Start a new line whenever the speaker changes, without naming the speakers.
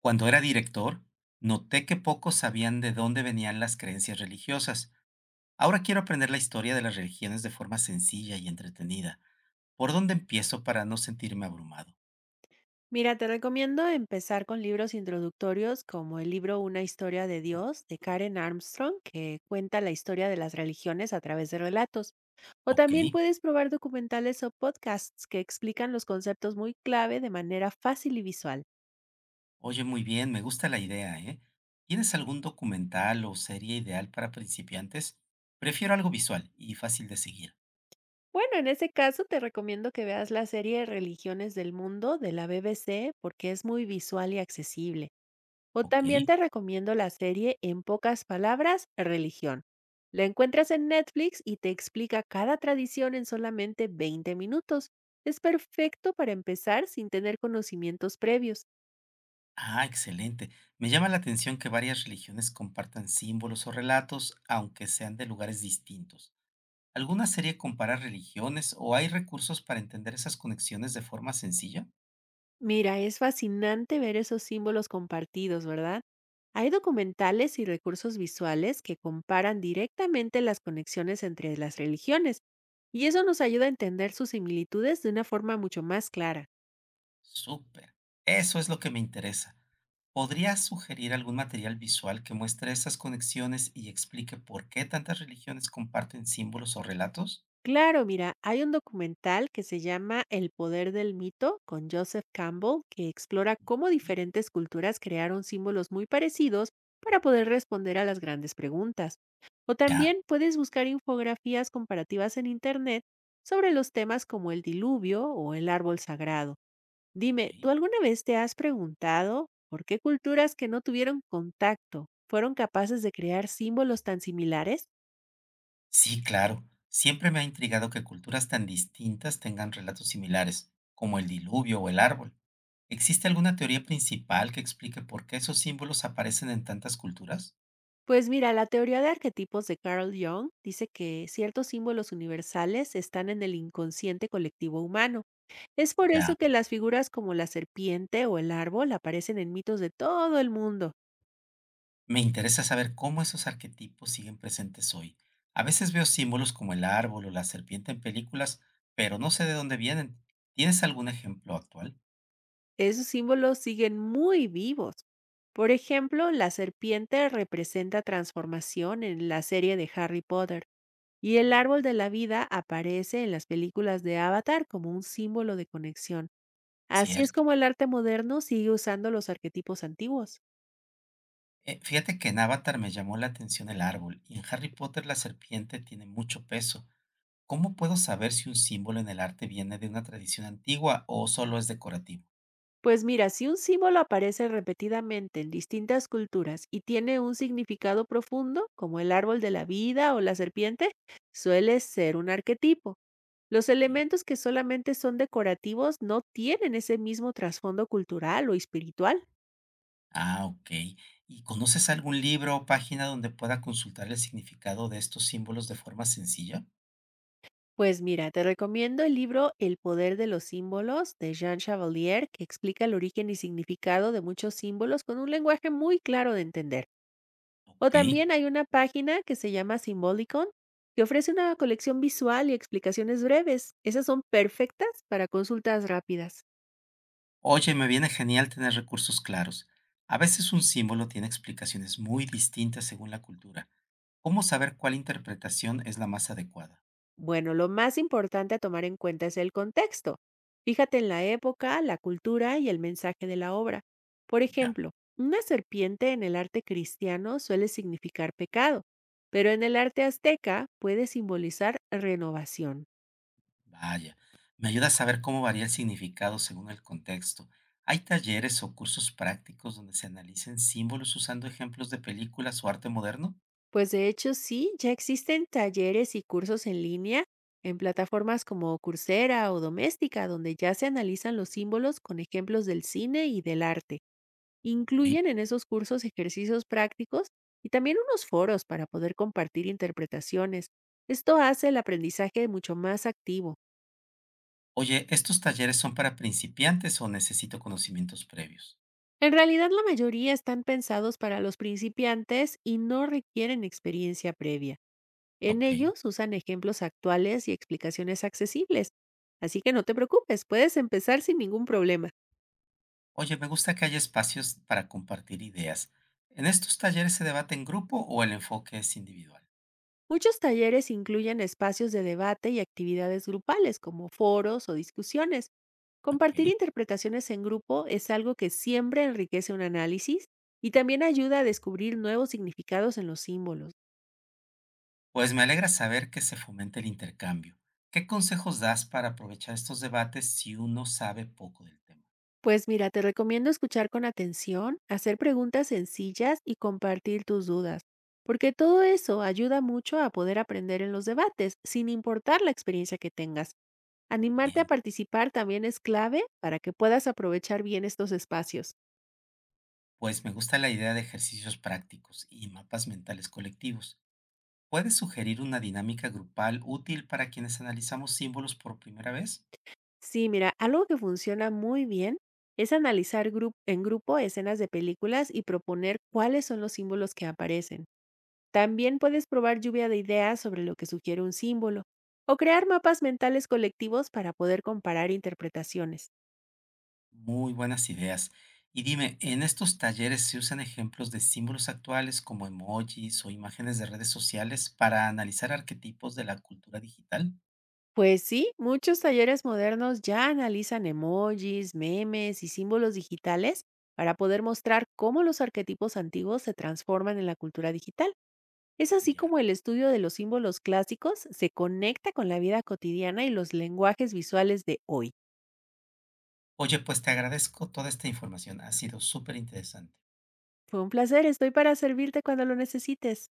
Cuando era director, noté que pocos sabían de dónde venían las creencias religiosas. Ahora quiero aprender la historia de las religiones de forma sencilla y entretenida. ¿Por dónde empiezo para no sentirme abrumado?
Mira, te recomiendo empezar con libros introductorios como el libro Una historia de Dios de Karen Armstrong, que cuenta la historia de las religiones a través de relatos. O
Ok,
también puedes probar documentales o podcasts que explican los conceptos muy clave de manera fácil y visual.
oye, muy bien, me gusta la idea, ¿eh? ¿Tienes algún documental o serie ideal para principiantes? Prefiero algo visual y fácil de seguir.
Bueno, en ese caso te recomiendo que veas la serie Religiones del Mundo de la BBC porque es muy visual y accesible. O
Ok.
también te recomiendo la serie En pocas palabras, Religión. La encuentras en Netflix y te explica cada tradición en solamente 20 minutos. Es perfecto para empezar sin tener conocimientos previos.
Ah, excelente. Me llama la atención que varias religiones compartan símbolos o relatos, aunque sean de lugares distintos. ¿Alguna serie compara religiones o hay recursos para entender esas conexiones de forma sencilla?
Mira, es fascinante ver esos símbolos compartidos, ¿verdad? Hay documentales y recursos visuales que comparan directamente las conexiones entre las religiones y eso nos ayuda a entender sus similitudes de una forma mucho más clara.
Súper. Eso es lo que me interesa. ¿Podrías sugerir algún material visual que muestre esas conexiones y explique por qué tantas religiones comparten símbolos o relatos?
Claro, mira, hay un documental que se llama El poder del mito con Joseph Campbell que explora cómo
Ujú.
diferentes culturas crearon símbolos muy parecidos para poder responder a las grandes preguntas. O
Ya,
también puedes buscar infografías comparativas en Internet sobre los temas como el diluvio o el árbol sagrado.
ok.
Dime, ¿tú alguna vez te has preguntado por qué culturas que no tuvieron contacto fueron capaces de crear símbolos tan similares?
Sí, claro. Siempre me ha intrigado que culturas tan distintas tengan relatos similares, como el diluvio o el árbol. ¿Existe alguna teoría principal que explique por qué esos símbolos aparecen en tantas culturas?
Pues mira, la teoría de arquetipos de Carl Jung dice que ciertos símbolos universales están en el inconsciente colectivo humano. Es por
Ya.
eso que las figuras como la serpiente o el árbol aparecen en mitos de todo el mundo.
Me interesa saber cómo esos arquetipos siguen presentes hoy. A veces veo símbolos como el árbol o la serpiente en películas, pero no sé de dónde vienen. ¿Tienes algún ejemplo actual?
Esos símbolos siguen muy vivos. Por ejemplo, la serpiente representa transformación en la serie de Harry Potter y el árbol de la vida aparece en las películas de Avatar como un símbolo de conexión. Así es
Cierto.
como el arte moderno sigue usando los arquetipos antiguos.
Fíjate que en Avatar me llamó la atención el árbol y en Harry Potter la serpiente tiene mucho peso. ¿Cómo puedo saber si un símbolo en el arte viene de una tradición antigua o solo es decorativo?
Pues mira, si un símbolo aparece repetidamente en distintas culturas y tiene un significado profundo, como el árbol de la vida o la serpiente, suele ser un arquetipo. Los
Ok.
elementos que solamente son decorativos no tienen ese mismo trasfondo cultural o espiritual.
Ah, ok. ¿Y conoces algún libro o página donde pueda consultar el significado de estos símbolos de forma sencilla?
Pues mira, te recomiendo el libro El poder de los símbolos de Jean Chevalier, que explica el origen y significado de muchos símbolos con un lenguaje muy claro de entender. O
Ok.
también hay una página que se llama Symbolicon, que ofrece una colección visual y explicaciones breves. Esas son perfectas para consultas rápidas.
Oye, me viene genial tener recursos claros. A veces un símbolo tiene explicaciones muy distintas según la cultura. ¿Cómo saber cuál interpretación es la más adecuada?
Bueno, lo más importante a tomar en cuenta es el contexto. Fíjate en la época, la cultura y el mensaje de la obra. Por
Ya,
ejemplo, una serpiente en el arte cristiano suele significar pecado, pero en el arte azteca puede simbolizar renovación.
vaya. Me ayuda a saber cómo varía el significado según el contexto. ¿Hay talleres o cursos prácticos donde se analicen símbolos usando ejemplos de películas o arte moderno?
Pues de hecho sí, ya existen talleres y cursos en línea en plataformas como Coursera o Doméstica, donde ya se analizan los símbolos con ejemplos del cine y del arte.
Ok.
Incluyen en esos cursos ejercicios prácticos y también unos foros para poder compartir interpretaciones. Esto hace el aprendizaje mucho más activo.
Oye, ¿estos talleres son para principiantes o necesito conocimientos previos?
En realidad, la mayoría están pensados para los principiantes y no requieren experiencia previa. En
Ok.
ellos usan ejemplos actuales y explicaciones accesibles. Así que no te preocupes, puedes empezar sin ningún problema.
Oye, me gusta que haya espacios para compartir ideas. ¿En estos talleres se debate en grupo o el enfoque es individual?
Muchos talleres incluyen espacios de debate y actividades grupales como foros o discusiones.
Ok.
Compartir interpretaciones en grupo es algo que siempre enriquece un análisis y también ayuda a descubrir nuevos significados en los símbolos.
Pues me alegra saber que se fomente el intercambio. ¿Qué consejos das para aprovechar estos debates si uno sabe poco del tema?
Pues mira, te recomiendo escuchar con atención, hacer preguntas sencillas y compartir tus dudas, porque todo eso ayuda mucho a poder aprender en los debates, sin importar la experiencia que tengas. Animarte a
Bien,
participar también es clave para que puedas aprovechar bien estos espacios.
pues me gusta la idea de ejercicios prácticos y mapas mentales colectivos. ¿Puedes sugerir una dinámica grupal útil para quienes analizamos símbolos por primera vez?
Sí, mira, algo que funciona muy bien es analizar en grupo escenas de películas y proponer cuáles son los símbolos que aparecen. También puedes probar lluvia de ideas sobre lo que sugiere un símbolo o crear mapas mentales colectivos para poder comparar interpretaciones.
Muy buenas ideas. Y dime, ¿en estos talleres se usan ejemplos de símbolos actuales como emojis o imágenes de redes sociales para analizar arquetipos de la cultura digital?
Pues sí, muchos talleres modernos ya analizan emojis, memes y símbolos digitales para poder mostrar cómo los arquetipos antiguos se transforman en la cultura digital. Es así
Ya.
como el estudio de los símbolos clásicos se conecta con la vida cotidiana y los lenguajes visuales de hoy.
Oye, pues te agradezco toda esta información, ha sido súper interesante.
Fue un placer, estoy para servirte cuando lo necesites.